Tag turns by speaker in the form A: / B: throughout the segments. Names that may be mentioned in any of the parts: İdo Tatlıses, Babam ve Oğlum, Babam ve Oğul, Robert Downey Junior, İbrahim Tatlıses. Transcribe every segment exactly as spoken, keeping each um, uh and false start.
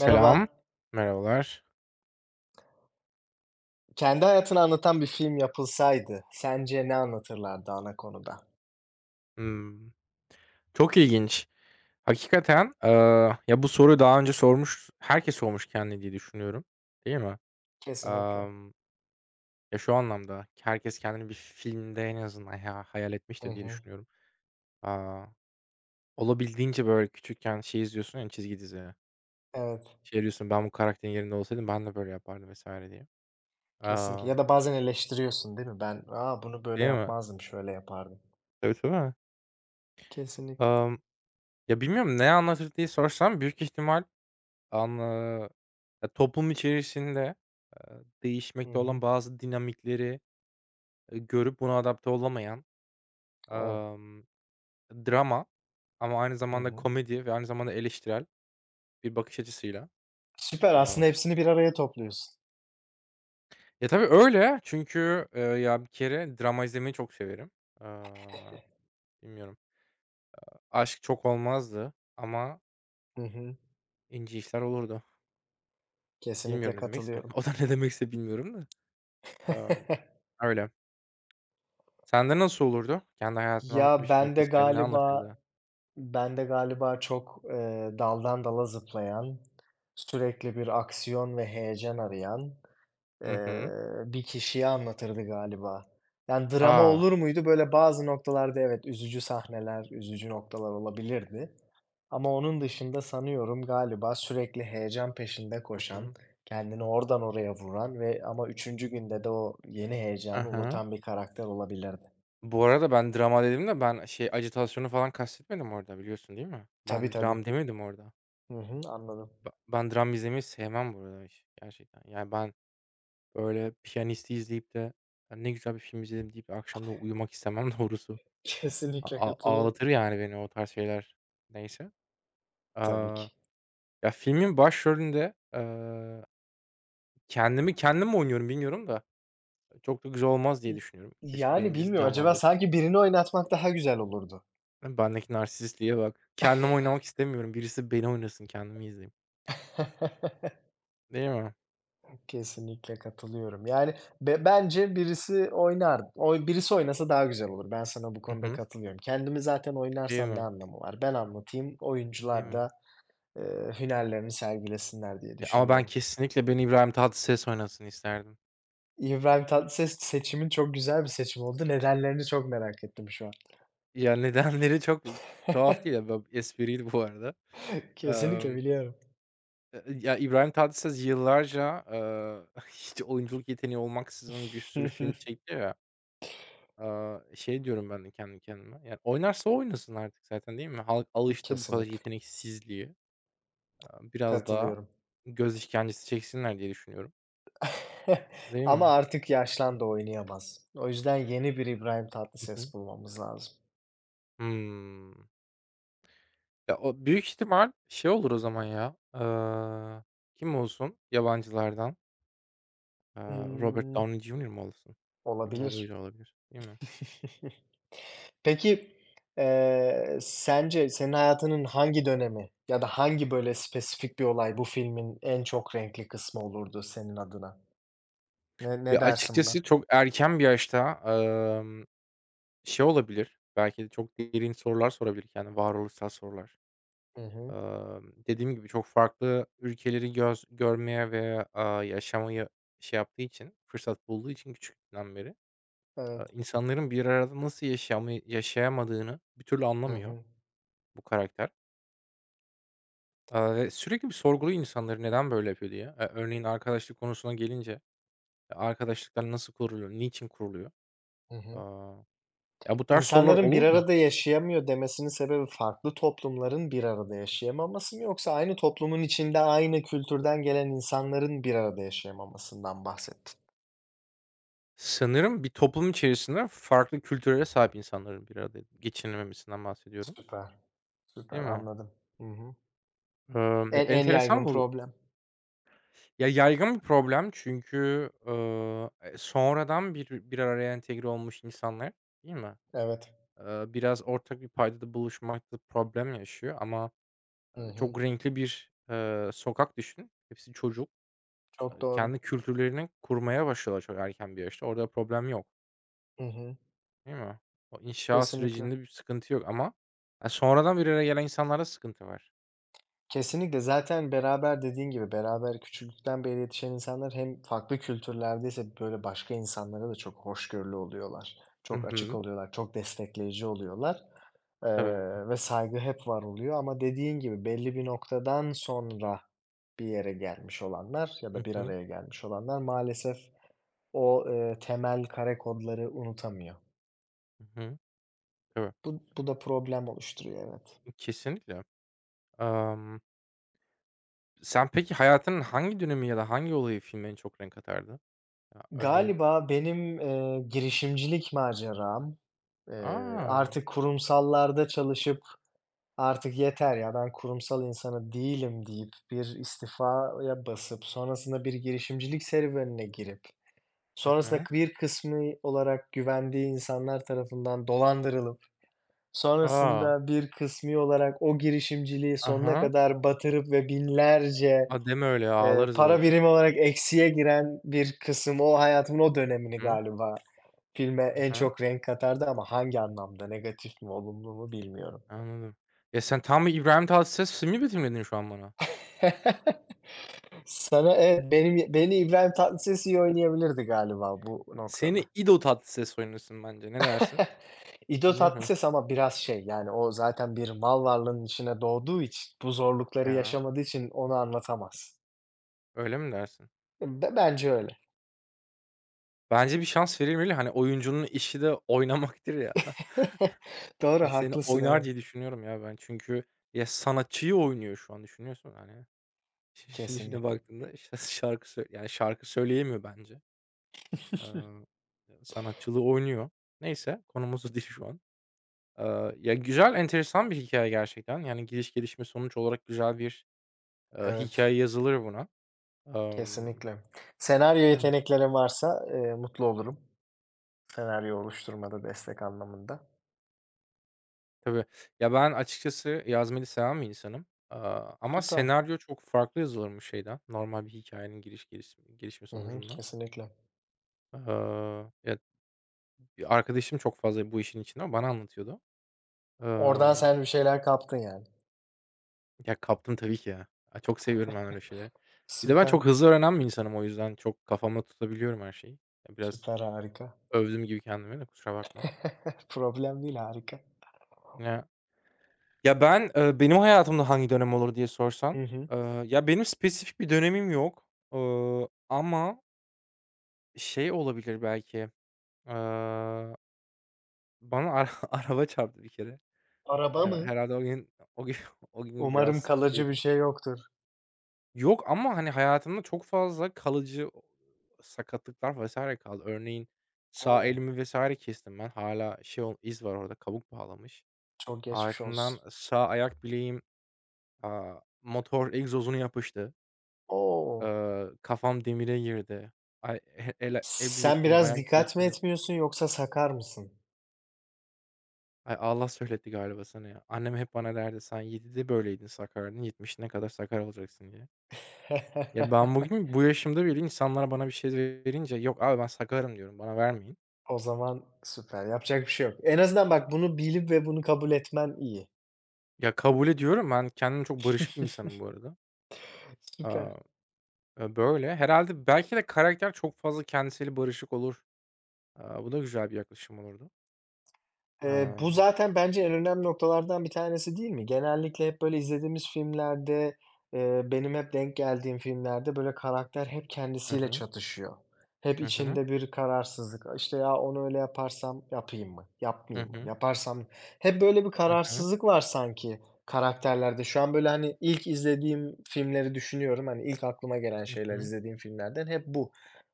A: Merhaba.
B: Merhabalar.
A: Kendi hayatını anlatan bir film yapılsaydı sence ne anlatırlardı ana konuda?
B: Hımm. Çok ilginç. Hakikaten, eee, ya, bu soruyu daha önce sormuş herkes sormuş kendine diye düşünüyorum, değil mi?
A: Kesinlikle.
B: Emm, ya, şu anlamda, herkes kendini bir filmde en azından ha hayal
A: Hı
B: etmiştir diye
A: hı.
B: düşünüyorum. Aaa, Olabildiğince, böyle, küçükken şey izliyorsun ya hani çizgi dizi.
A: Evet,
B: Şey diyorsun, "Ben bu karakterin yerinde olsaydım ben de böyle yapardım." vesaire diye.
A: kesinlikle.
B: Amm,
A: Ya da bazen eleştiriyorsun, değil mi? Ben, Aa bunu böyle
B: Değil mi?
A: yapmazdım, şöyle yapardım."
B: Tabii, tabii.
A: Kesinlikle.
B: Emm, ya, bilmiyorum ne anlatır diye sorsam büyük ihtimal. Anla Ya, toplum içerisinde, eee,
A: Hı
B: değişmekte
A: hı.
B: olan bazı dinamikleri, eee, görüp buna adapte olamayan,
A: O.
B: emm, drama, ama aynı
A: Hı
B: zamanda
A: hı.
B: komedi ve aynı zamanda eleştirel bir bakış açısıyla.
A: Süper, aslında
B: Amm,
A: hepsini bir araya topluyorsun.
B: ya, tabii öyle çünkü, eee, ya, bir kere drama izlemeyi çok severim. Aaa, Bilmiyorum. Aşk çok olmazdı ama
A: Hı hı.
B: ince işler olurdu.
A: Kesinlikle
B: Bilmiyorum ne demekse.
A: katılıyorum.
B: O da ne demekse bilmiyorum da. Amm, Öyle. Sende nasıl olurdu? Kendi hayatını anlatan bir
A: Ya,
B: film
A: ben de
B: yapılsaydı ne
A: galiba
B: anlatırdı?
A: ben de galiba çok, eee, daldan dala zıplayan, sürekli bir aksiyon ve heyecan arayan
B: Hı
A: Eee,
B: hı.
A: bir kişiye anlatırdı galiba. Yani drama
B: A!
A: olur muydu? Böyle bazı noktalarda evet, üzücü sahneler, üzücü noktalar olabilirdi. Ama onun dışında sanıyorum galiba sürekli heyecan peşinde
B: Hı
A: koşan,
B: hı.
A: kendini oradan oraya vuran ve ama üçüncü günde de o yeni
B: Hı
A: heyecanı
B: hı.
A: unutan bir karakter olabilirdi.
B: Bu arada ben drama dedim de ben şey ajitasyonu falan kastetmedim orada, biliyorsun değil mi?
A: Tabii,
B: Ben
A: tabii.
B: dram demedim orada.
A: Hı hı, anladım.
B: Be ben dram izlemeyi sevmem bu arada hiç gerçekten. Yani ben böyle Piyanist'i izleyip de "Ya, ne güzel bir film izledim." deyip akşam da uyumak istemem doğrusu. A
A: Kesinlikle
B: a
A: katılıyorum.
B: ağlatır yani beni o tarz şeyler. Neyse.
A: Tabii
B: Aaa,
A: ki.
B: Ya, filmin başrolünde, eee, kendimi kendim mi oynuyorum bilmiyorum da çok da güzel olmaz diye
A: İ
B: düşünüyorum. Keşke
A: yani
B: beni birisi
A: bilmiyorum acaba
B: canlandırsa.
A: sanki birini oynatmak daha güzel olurdu.
B: Değil mi? Bendeki narsistliğe bak. Kendim oynamak istemiyorum. Birisi beni oynasın, kendimi izleyeyim. Değil mi?
A: Kesinlikle katılıyorum. Yani be bence birisi oynar oy birisi oynasa daha güzel olur. Ben sana bu
B: Hı
A: konuda
B: hı.
A: katılıyorum. Kendimi zaten
B: Değil
A: oynarsam ne
B: mi?
A: anlamı var? Ben anlatayım,
B: Değil
A: oyuncular da,
B: mi?
A: eee, hünerlerini sergilesinler diye
B: Ya, ama ben
A: düşünüyorum.
B: kesinlikle beni İbrahim Tatlıses oynasın isterdim.
A: İbrahim Tatlıses seçimin çok güzel bir seçim oldu. Nedenlerini çok merak ettim şu an.
B: Ya, nedenleri çok tuhaf değil ya, b espriydi bu arada.
A: Kesinlikle
B: Emm,
A: biliyorum.
B: e ya, İbrahim Tatlıses yıllarca, eee, hiç oyunculuk yeteneği olmaksızın bir sürü film çekti ya. Aaa, şey diyorum ben de kendi kendime, yani, oynarsa oynasın artık zaten, değil mi? Halk alıştı bu kadar
A: Kesinlikle.
B: yeteneksizliğe. Aaa, biraz daha
A: Katılıyorum.
B: göz işkencesi çeksinler diye düşünüyorum, değil
A: Ama
B: mi?
A: artık yaşlandı, oynayamaz. O yüzden yeni bir İbrahim
B: Hı hı.
A: Tatlıses bulmamız lazım.
B: Hımm. Ya, o büyük ihtimal şey olur o zaman ya, aaa, kim olsun yabancılardan? Aaa, Robert
A: Imm
B: Downey Junior mu olsun? Bilmiyorum, o da öyle
A: olabilir.
B: olabilir, değil mi?
A: Peki, eee, sence senin hayatının hangi dönemi ya da hangi böyle spesifik bir olay bu filmin en çok renkli kısmı olurdu senin adına? Ne ne
B: Ya,
A: dersin buna?
B: açıkçası çok erken bir yaşta, amm, şey olabilir, belki de çok derin sorular sorabilir, yani varoluşsal sorular.
A: Hı hı.
B: Emm, dediğim gibi çok farklı ülkeleri göz görmeye ve, aaa, yaşamayı şey yaptığı için, fırsat bulduğu için küçüklüğünden beri, aaa,
A: Evet.
B: insanların bir arada nasıl yaşamayı yaşayamadığını bir türlü
A: Hı
B: anlamıyor
A: hı.
B: bu karakter. Aaa, ve sürekli bir sorguluyor, insanları neden böyle yapıyor diye. Eee, örneğin arkadaşlık konusuna gelince, e, arkadaşlıklar nasıl kuruluyor, niçin kuruluyor?
A: Hı hı.
B: Aaa, ya, bu tarz sorular
A: İnsanların bir
B: olur da
A: arada yaşayamıyor demesinin sebebi farklı toplumların bir arada yaşayamaması mı yoksa aynı toplumun içinde aynı kültürden gelen insanların bir arada yaşayamamasından bahsettin?
B: sanırım bir toplum içerisinde farklı kültürlere sahip insanların bir arada geçinememesinden bahsediyorum,
A: Süper.
B: değil
A: Süper,
B: mi?
A: anladım. Hı hı.
B: Emm, ya,
A: En en
B: enteresan
A: yaygın
B: bu.
A: problem.
B: Ya, yaygın bir problem çünkü, ııı, eee, e, sonradan bir bir araya entegre olmuş insanlar, değil mi?
A: Evet.
B: Eee, biraz ortak bir paydada buluşmakta problem yaşıyor ama,
A: Hı
B: eee,
A: hı.
B: çok renkli bir, eee, sokak düşün. Hepsi çocuk.
A: Çok
B: Eee,
A: doğru.
B: kendi kültürlerini kurmaya başlıyorlar çok erken bir yaşta. Orada problem yok,
A: Hı hı.
B: değil mi? O inşa
A: Kesinlikle.
B: sürecinde bir sıkıntı yok ama, eee, sonradan bir araya gelen insanlarda sıkıntı var.
A: Kesinlikle. Zaten beraber dediğin gibi beraber küçüklükten beri yetişen insanlar hem farklı kültürlerdeyse böyle başka insanlara da çok hoşgörülü oluyorlar.
B: Hı
A: Çok açık
B: hı.
A: oluyorlar, çok destekleyici oluyorlar, eee,
B: Tabii.
A: ve saygı hep var oluyor ama dediğin gibi belli bir noktadan sonra bir yere gelmiş olanlar ya da
B: Hı
A: bir
B: hı.
A: araya gelmiş olanlar maalesef o, eee, temel kare kodları unutamıyor.
B: Hı hı. Tabii.
A: Bu bu da problem oluşturuyor, evet.
B: Kesinlikle. Emm Sen peki hayatının hangi dönemi ya da hangi olayı filme en çok renk katardı? Ya, örneğin.
A: Galiba benim, eee, girişimcilik maceram, eee,
B: A!
A: artık kurumsallarda çalışıp "Artık yeter ya, ben kurumsal insanı değilim." deyip bir istifaya basıp sonrasında bir girişimcilik serüvenine girip
B: Hı
A: sonrasında
B: hı.
A: bir kısmı olarak güvendiği insanlar tarafından dolandırılıp
B: A!
A: sonrasında bir kısmı olarak o girişimciliği
B: Hı
A: sonuna
B: hı.
A: kadar batırıp ve binlerce
B: A, deme öyle ya,
A: Eee,
B: ağlarız
A: para
B: bak.
A: birimi olarak eksiye giren bir kısım, o hayatımın o dönemini
B: Hı hı.
A: galiba filme
B: Hı
A: en
B: hı.
A: çok renk katardı ama hangi anlamda, negatif mi, olumlu mu bilmiyorum.
B: Anladım. Ya, sen tam bir İbrahim Tatlıses filmi betimledin şu an bana.
A: Sana evet, benim beni İbrahim Tatlıses iyi oynayabilirdi galiba bu noktada.
B: Seni İdo Tatlıses oynasın bence. Ne dersin?
A: İdo
B: Ni hı.
A: Tatlıses ama biraz şey, yani o zaten bir mal varlığının içine doğduğu için, bu zorlukları
B: Ya,
A: yaşamadığı için onu anlatamaz.
B: öyle mi dersin?
A: Be bence öyle.
B: Bence bir şans verilmeli. Hani, oyuncunun işi de oynamaktır ya.
A: Doğru,
B: Seni
A: haklısın,
B: oynar
A: evet.
B: diye düşünüyorum ya ben. Çünkü ya sanatçıyı oynuyor şu an düşünüyorsun hani. Şi şimdi şimdi
A: Kesinlikle.
B: baktığında, işte, şarkı sö yani, şarkı söyleyemiyor bence. Aaa, Sanatçılığı oynuyor. Neyse, konumuz o değil şu an. Aaa, ya, güzel, enteresan bir hikaye gerçekten. Yani, giriş, gelişme, sonuç olarak güzel bir, eee,
A: Evet.
B: hikâye yazılır buna. Emm,
A: Kesinlikle. Senaryo
B: Değil mi?
A: yeteneklerin varsa, eee, mutlu olurum. Senaryo oluşturmada destek anlamında.
B: Tabii. Ya, ben açıkçası yazmayı seven bir insanım. Aaa, ama
A: Süper.
B: senaryo çok farklı yazılırmış şeyden, normal bir hikayenin giriş, geliş gelişme
A: Hı hı,
B: sonucundan.
A: kesinlikle.
B: Aaa, ya, bir arkadaşım çok fazla bu işin içinde bana anlatıyordu.
A: Oradan sen bir şeyler kaptın yani.
B: Ya, kaptım tabii ki ya. A, çok seviyorum ben öyle şeyleri. Bir de ben
A: Süper,
B: çok hızlı öğrenen bir insanım. O yüzden çok kafamda tutabiliyorum her şeyi. Ya, biraz
A: süper, harika.
B: övdüm gibi kendimi, de kusura bakma.
A: Problem değil, harika.
B: Ya ya, ben, eee, benim hayatımda hangi dönem olur diye sorsan,
A: Hı hı.
B: eee, ya, benim spesifik bir dönemim yok, ııı, ama şey olabilir belki, eee, bana ara araba çarptı bir kere. He
A: Araba mı?
B: herhâlde o gün o gün o gün
A: Umarım
B: biraz
A: kalıcı bir
B: şeydim.
A: şey yoktur.
B: Yok ama, hani, hayatımda çok fazla kalıcı o sakatlıklar vesaire kaldı. Örneğin sağ
A: O!
B: elimi vesaire kestim ben. Hala şey ol iz var orada, kabuk bağlamış.
A: Çok geçmiş
B: Ardından
A: olsun.
B: sağ ayak bileğim, aaa, motor egzozuna yapıştı.
A: O!
B: Eee, kafam demire girdi. Ay, he ele el
A: Sen
B: bileklerim,
A: biraz
B: ayak
A: dikkat mi
B: bileklerim.
A: etmiyorsun yoksa sakar mısın?
B: Ay, Allah söyletti galiba sana ya. Annem hep bana derdi, "Sen yedide böyleydin, sakardın, yetmişine kadar sakar olacaksın." diye. Ya, ben bugün bu yaşımda bile, insanlar bana bir şey verince, "Yok abi ben sakarım." diyorum, "Bana vermeyin."
A: O zaman süper, yapacak bir şey yok. En azından bak bunu bilip ve bunu kabul etmen iyi.
B: Ya, kabul ediyorum. Ben kendim çok barışık bir insanım bu arada. Aaa,
A: Süper.
B: eee, e, böyle. Herhalde belki de karakter çok fazla kendisiyle barışık olur. Aaa, bu da güzel bir yaklaşım olurdu.
A: Eee, bu
B: Emm
A: zaten bence en önemli noktalardan bir tanesi değil mi? Genellikle hep böyle izlediğimiz filmlerde, eee, benim hep denk geldiğim filmlerde böyle karakter hep
B: Hı
A: kendisiyle
B: hı.
A: çatışıyor. Hep
B: Hı hı.
A: içinde bir kararsızlık. İşte, "Ya, onu öyle yaparsam yapayım mı,
B: Hı
A: yapmayayım mı?
B: hı.
A: Yaparsam" hep böyle bir
B: Hı hı.
A: kararsızlık var sanki karakterlerde. Şu an böyle, hani, ilk izlediğim filmleri düşünüyorum. Hani, ilk aklıma gelen
B: Hı
A: şeyler
B: hı.
A: izlediğim filmlerden hep bu.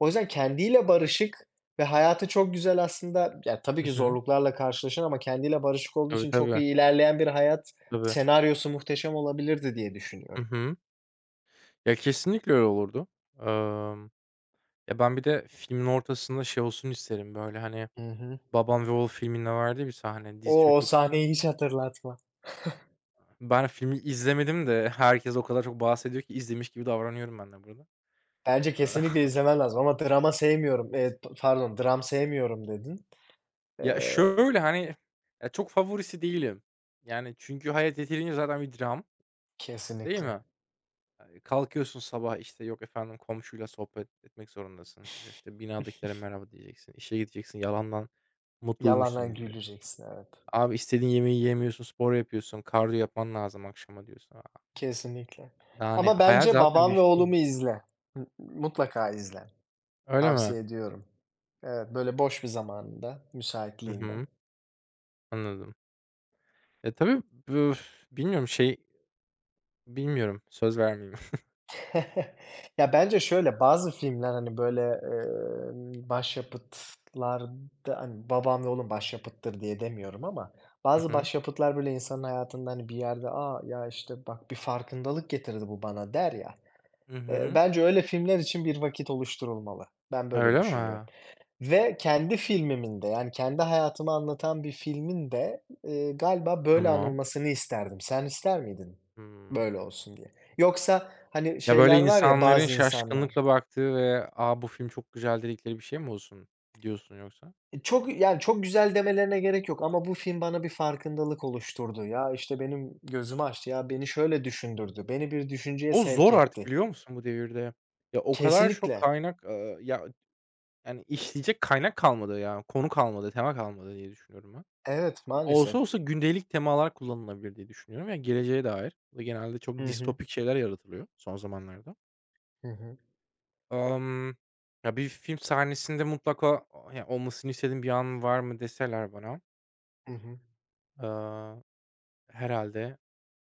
A: O yüzden kendiyle barışık ve hayatı çok güzel aslında ya, tabii ki
B: Hı.
A: zorluklarla karşılaşır ama kendiyle barışık olduğu
B: Tabii,
A: için çok
B: tabii.
A: iyi ilerleyen bir hayat
B: Tabii.
A: senaryosu muhteşem olabilirdi diye
B: Hı
A: düşünüyorum.
B: hı. Ya, kesinlikle öyle olurdu. Emm, ya, ben bir de filmin ortasında şey olsun isterim, böyle, hani,
A: Hı hı.
B: Babam ve Oğul filminde vardı bir sahne, diz
A: O, o
B: çöküp.
A: sahneyi hiç hatırlatma.
B: Ben filmi izlemedim de herkes o kadar çok bahsediyor ki izlemiş gibi davranıyorum ben de burada.
A: Bence
B: Eee,
A: kesinlikle izlemen lazım ama drama sevmiyorum. Eee, p pardon, dram sevmiyorum dedin.
B: ya,
A: Eee,
B: şöyle, hani, ya, çok favorisi değilim. Yani, çünkü hayat yeterince zaten bir dram, değil
A: kesinlikle.
B: mi? Eee, kalkıyorsun sabah, işte, yok efendim komşuyla sohbet etmek zorundasın. Yok, işte, binadakilere merhaba diyeceksin. İşe gideceksin, yalandan mutluymuşsun
A: Yalandan
B: gibi.
A: güleceksin, evet.
B: Abi, istediğin yemeği yemiyorsun, spor yapıyorsun, kardiyo yapman lazım akşama diyorsun. A,
A: Kesinlikle.
B: yani,
A: Ama
B: hayat
A: bence
B: zaten
A: Babam ve
B: bir
A: Oğlum'u
B: film.
A: izle. M mutlaka izle.
B: Öyle mi?
A: Tavsiye ediyorum. Evet, böyle boş bir zamanında,
B: Hı
A: müsaitliğinde.
B: hı, anladım. E, tabii, büf bilmiyorum şey bilmiyorum, söz vermeyeyim.
A: Ya, bence şöyle, bazı filmler, hani, böyle, emm, başyapıtlarda, hani, Babam ve Oğlum başyapıttır diye demiyorum ama
B: Hı
A: bazı
B: hı.
A: başyapıtlar, böyle, insanın hayatında, hani, bir yerde, aa ya, işte, bak bir farkındalık getirdi bu bana." der ya.
B: Hı
A: Eee,
B: hı.
A: bence öyle filmler için bir vakit oluşturulmalı. Ben böyle
B: Öyle
A: düşünüyorum
B: mi?
A: ve kendi filmimin de, yani, kendi hayatımı anlatan bir filmin de, eee, galiba böyle
B: Tamam.
A: anılmasını isterdim. Sen ister miydin
B: Hımm.
A: böyle olsun diye? Yoksa, hani,
B: Ya, böyle
A: şeyler var ya
B: insanların
A: bazı insanlar,
B: şaşkınlıkla baktığı ve "A, bu film çok güzel." dedikleri bir şey mi olsun diyorsun yoksa?
A: e, çok, yani, çok güzel demelerine gerek yok ama bu film bana bir farkındalık oluşturdu. Ya, işte, benim gözümü açtı. Ya, beni şöyle düşündürdü. Beni bir düşünceye
B: O
A: sevk
B: zor artık,
A: etti.
B: biliyor musun, bu devirde? Ya, o kadar çok
A: Kesinlikle.
B: kaynak, eee, ya, yani işleyecek kaynak kalmadı ya. Konu kalmadı, tema kalmadı diye düşünüyorum ben.
A: Evet,
B: Olsa
A: maalesef.
B: olsa gündelik temalar kullanılabilir diye düşünüyorum. Ya, geleceğe dair. Bu da genelde çok
A: Hı hı.
B: distopik şeyler yaratılıyor son zamanlarda.
A: Hı hı.
B: Emm, ya, bir film sahnesinde mutlaka o ya, olmasını istediğim bir an var mı deseler bana,
A: Hı hı.
B: eee, herhâlde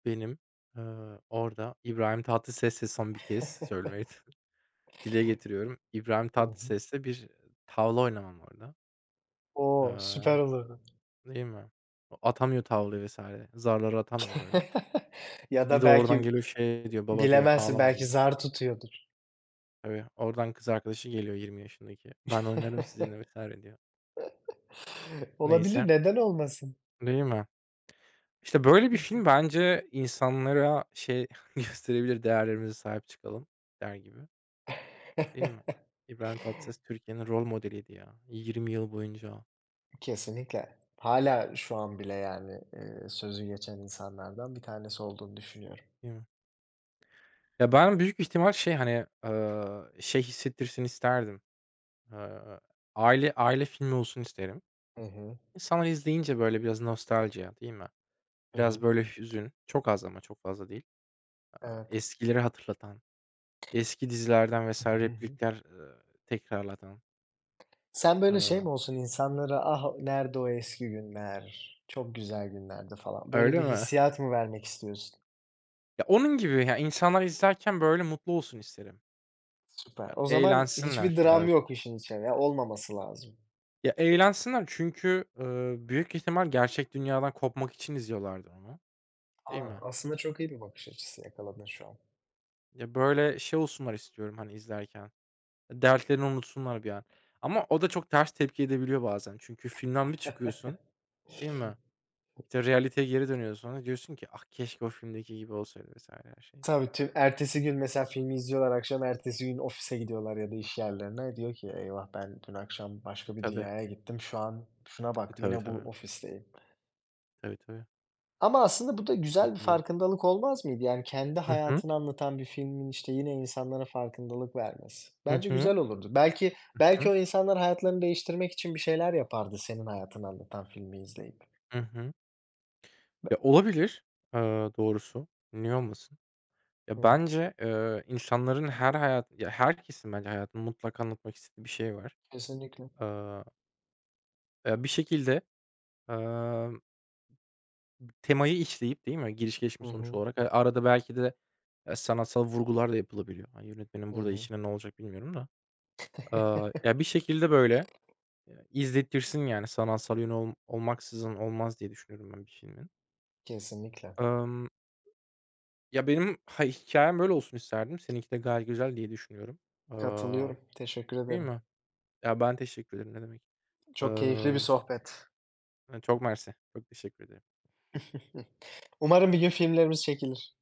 B: benim, eee, orada İbrahim Tatlıses'le son bir kez söylemeyi dile getiriyorum. İbrahim
A: Hı hı.
B: Tatlıses'le bir tavla oynamam orada.
A: O!
B: Eee,
A: Süper olurdu.
B: Değil mi? O atamıyor tavlayı vesaire, zarları atamıyor, böyle.
A: Ya
B: Bir
A: da
B: de oradan
A: belki
B: geliyor şey diyor, "Baba," diyor,
A: bilemezsin,
B: "ağlama,"
A: belki
B: diyor.
A: zar tutuyordur.
B: Tabii, oradan kız arkadaşı geliyor yirmi yaşındaki. "Ben oynarım sizinle." vesaire diyor. Neyse,
A: Olabilir, neden olmasın?
B: değil mi? İşte, böyle bir film bence insanlara şey gösterebilir, değerlerimize sahip çıkalım der gibi, değil mi? İbrahim Tatlıses Türkiye'nin rol modeliydi ya yirmi yıl boyunca,
A: Kesinlikle. Hala şu an bile yani, eee, sözü geçen insanlardan bir tanesi olduğunu düşünüyorum.
B: değil mi? Ya, ben büyük ihtimal şey, hani, ııı, şey hissettirsin isterdim, ııı, aile aile filmi olsun isterim.
A: Hı hı.
B: İnsanlar izleyince, böyle, biraz nostalji, değil mi?
A: Hı
B: Biraz,
A: hı.
B: böyle, hüzün, çok az ama çok fazla değil.
A: Evet.
B: Eskileri hatırlatan, eski dizilerden vesaire
A: Hı hı.
B: replikler, ııı, tekrarlatan.
A: Sen böyle şey
B: Iıı,
A: mi olsun, insanlara "Ah, nerede o eski günler, çok güzel günlerdi." falan, böyle
B: Öyle
A: bir
B: mi?
A: hissiyat mı vermek istiyorsun?
B: Ya, onun gibi, ya, insanlar izlerken böyle mutlu olsun isterim.
A: Süper.
B: Ya,
A: O zaman hiçbir
B: eğlensinler.
A: dram
B: Ya
A: yok işin içine, ya olmaması lazım.
B: ya, eğlensinler çünkü, eee, büyük ihtimal gerçek dünyadan kopmak için izliyorlardı onu, değil
A: Aa
B: mi?
A: aslında çok iyi bir bakış açısı yakaladın şu an.
B: Ya, böyle şey olsunlar istiyorum, hani, izlerken, dertlerini unutsunlar bir an. Ama o da çok ters tepki edebiliyor bazen. Çünkü filmden bir çıkıyorsun, değil mi? İşte, realiteye geri dönüyorsun sonra, diyorsun ki, "Ah, keşke o filmdeki gibi olsaydı." vesaire her şey.
A: Tabii, tüm ertesi gün mesela filmi izliyorlar akşam, ertesi gün ofise gidiyorlar ya da iş yerlerine. Diyor ki, "Eyvah, ben dün akşam
B: E,
A: başka bir
B: tabii.
A: dünyaya gittim. Şu an şuna
B: E,
A: bak,
B: tabii,
A: yine
B: tabii.
A: bu ofisteyim."
B: Tabii, tabii.
A: Ama aslında bu da güzel bir
B: Çok ilginç.
A: farkındalık olmaz mıydı? Yani kendi
B: Hı hı.
A: hayatını anlatan bir filmin, işte, yine insanlara farkındalık vermesi.
B: Hı
A: Bence
B: hı.
A: güzel olurdu. Belki belki
B: Hı.
A: o insanlar hayatlarını değiştirmek için bir şeyler yapardı senin hayatını anlatan filmi izleyip.
B: Hı hı. Hı.
A: Be
B: Ya, olabilir, eee, doğrusu. Niye olmasın?
A: Hı
B: Ya,
A: hı.
B: bence, eee, insanların her hayat ya, herkesin bence hayatında mutlaka anlatmak istediği bir şey var.
A: Kesinlikle.
B: Aaa, ya, bir şekilde, emm, temayı işleyip, değil mi, giriş gelişme
A: Hı
B: sonuç
A: hı.
B: olarak, eee, arada belki de, eee, sanatsal vurgular da yapılabiliyor. Ay, yönetmenin
A: Hı
B: burada
A: hı.
B: işine ne olacak bilmiyorum da. Aaa, ya, bir şekilde, böyle, eee, izlettirsin, yani, sanatsal yönü ol olmaksızın olmaz diye düşünüyorum ben bir filmin.
A: Kesinlikle.
B: Emm Ya, benim ha hikâyem böyle olsun isterdim. Seninki de gayet güzel diye düşünüyorum. Aaa,
A: Katılıyorum. Teşekkür
B: Değil
A: ederim.
B: mi? Ya, ben teşekkür ederim, ne demek.
A: Çok keyifli bir
B: Iıı,
A: sohbet.
B: Çok mersi. Çok teşekkür ederim.
A: Umarım bir gün filmlerimiz çekilir.